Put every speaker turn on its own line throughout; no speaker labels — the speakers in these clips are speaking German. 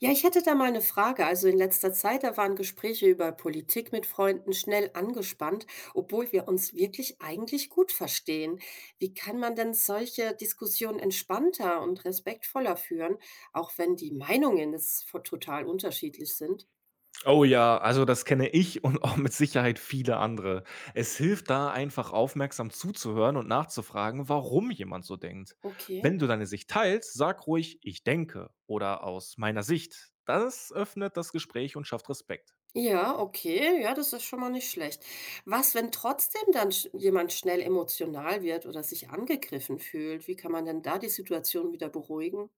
Ja, ich hätte da mal eine Frage. Also in letzter Zeit, da waren Gespräche über Politik mit Freunden schnell angespannt, obwohl wir uns wirklich eigentlich gut verstehen. Wie kann man denn solche Diskussionen entspannter und respektvoller führen, auch wenn die Meinungen jetzt total unterschiedlich sind?
Oh ja, also das kenne ich und auch mit Sicherheit viele andere. Es hilft da einfach aufmerksam zuzuhören und nachzufragen, warum jemand so denkt.
Okay.
Wenn du deine Sicht teilst, sag ruhig, ich denke oder aus meiner Sicht. Das öffnet das Gespräch und schafft Respekt.
Ja, okay, ja, das ist schon mal nicht schlecht. Was, wenn trotzdem dann jemand schnell emotional wird oder sich angegriffen fühlt? Wie kann man denn da die Situation wieder beruhigen?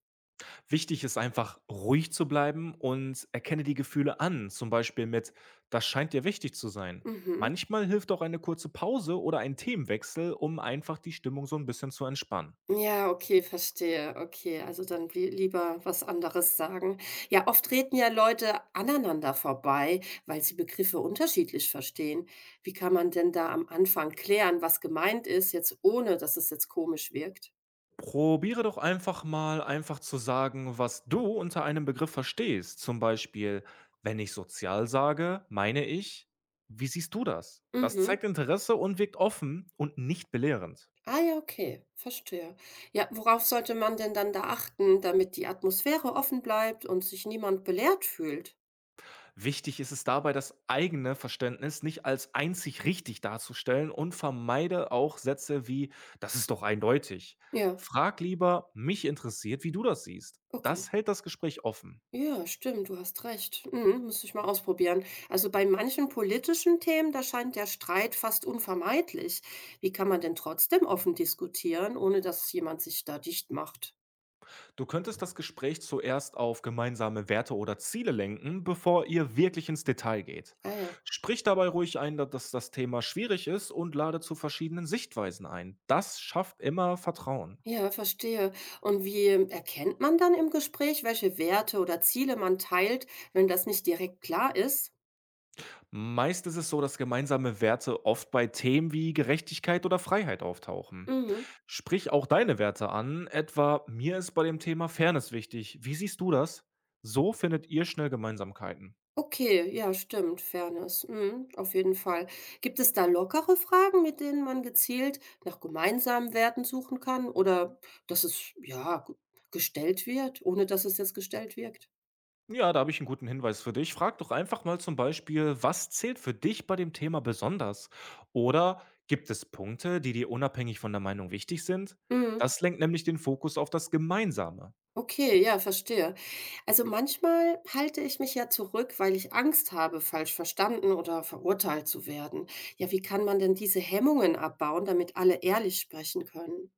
Wichtig ist einfach, ruhig zu bleiben und erkenne die Gefühle an, zum Beispiel mit, das scheint dir wichtig zu sein.
Mhm.
Manchmal hilft auch eine kurze Pause oder ein Themenwechsel, um einfach die Stimmung so ein bisschen zu entspannen.
Ja, okay, verstehe. Okay, also dann blie lieber was anderes sagen. Ja, oft reden ja Leute aneinander vorbei, weil sie Begriffe unterschiedlich verstehen. Wie kann man denn da am Anfang klären, was gemeint ist, jetzt ohne, dass es jetzt komisch wirkt?
Probiere doch einfach mal, einfach zu sagen, was du unter einem Begriff verstehst. Zum Beispiel, wenn ich sozial sage, meine ich, wie siehst du das? Das
Mhm.
zeigt Interesse und wirkt offen und nicht belehrend.
Ah ja, okay, verstehe. Ja, worauf sollte man denn dann da achten, damit die Atmosphäre offen bleibt und sich niemand belehrt fühlt?
Wichtig ist es dabei, das eigene Verständnis nicht als einzig richtig darzustellen und vermeide auch Sätze wie, das ist doch eindeutig.
Ja,
Frag lieber, mich interessiert, wie du das siehst.
okay.
Das hält das Gespräch offen.
Ja, stimmt, du hast recht. Mhm, müsste ich mal ausprobieren. Also bei manchen politischen Themen, da scheint der Streit fast unvermeidlich. Wie kann man denn trotzdem offen diskutieren, ohne dass jemand sich da dicht macht?
Du könntest das Gespräch zuerst auf gemeinsame Werte oder Ziele lenken, bevor ihr wirklich ins Detail geht.
Ah ja.
Sprich dabei ruhig ein, dass das Thema schwierig ist und lade zu verschiedenen Sichtweisen ein. Das schafft immer Vertrauen.
Ja, verstehe. Und wie erkennt man dann im Gespräch, welche Werte oder Ziele man teilt, wenn das nicht direkt klar ist?
Meist ist es so, dass gemeinsame Werte oft bei Themen wie Gerechtigkeit oder Freiheit auftauchen.
Mhm.
Sprich auch deine Werte an, etwa mir ist bei dem Thema Fairness wichtig. Wie siehst du das? So findet ihr schnell Gemeinsamkeiten.
Okay, ja, stimmt, Fairness. Mhm, auf jeden Fall. Gibt es da lockere Fragen, mit denen man gezielt nach gemeinsamen Werten suchen kann oder dass es ja gestellt wird, ohne dass es jetzt gestellt wirkt?
Ja, da habe ich einen guten Hinweis für dich. Frag doch einfach mal zum Beispiel: „Was zählt für dich bei dem Thema besonders?“ Oder: „Gibt es Punkte, die dir unabhängig von der Meinung wichtig sind?“
Mhm.
Das lenkt nämlich den Fokus auf das Gemeinsame.
Okay, ja, verstehe. Also manchmal halte ich mich ja zurück, weil ich Angst habe, falsch verstanden oder verurteilt zu werden. Ja, wie kann man denn diese Hemmungen abbauen, damit alle ehrlich sprechen können?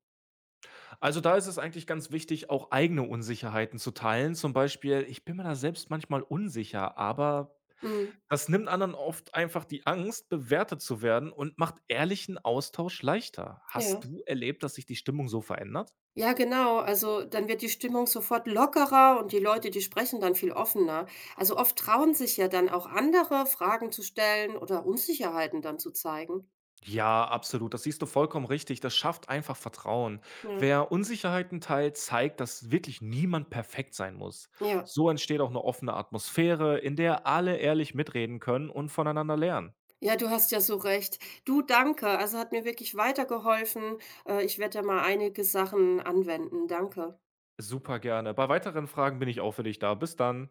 Also, da ist es eigentlich ganz wichtig, auch eigene Unsicherheiten zu teilen. Zum Beispiel: „Ich bin mir da selbst manchmal unsicher“, aber
Mhm.
das nimmt anderen oft einfach die Angst, bewertet zu werden und macht ehrlichen Austausch leichter. Hast
Ja.
du erlebt, dass sich die Stimmung so verändert?
Ja, genau. Also dann wird die Stimmung sofort lockerer und die Leute, die sprechen dann viel offener. Also oft trauen sich ja dann auch andere, Fragen zu stellen oder Unsicherheiten dann zu zeigen.
Ja, absolut. Das siehst du vollkommen richtig. Das schafft einfach Vertrauen.
Ja.
Wer Unsicherheiten teilt, zeigt, dass wirklich niemand perfekt sein muss.
Ja.
So entsteht auch eine offene Atmosphäre, in der alle ehrlich mitreden können und voneinander lernen.
Ja, du hast ja so recht. Du, danke. Also hat mir wirklich weitergeholfen. Ich werde ja mal einige Sachen anwenden. Danke.
Super gerne. Bei weiteren Fragen bin ich auch für dich da. Bis dann.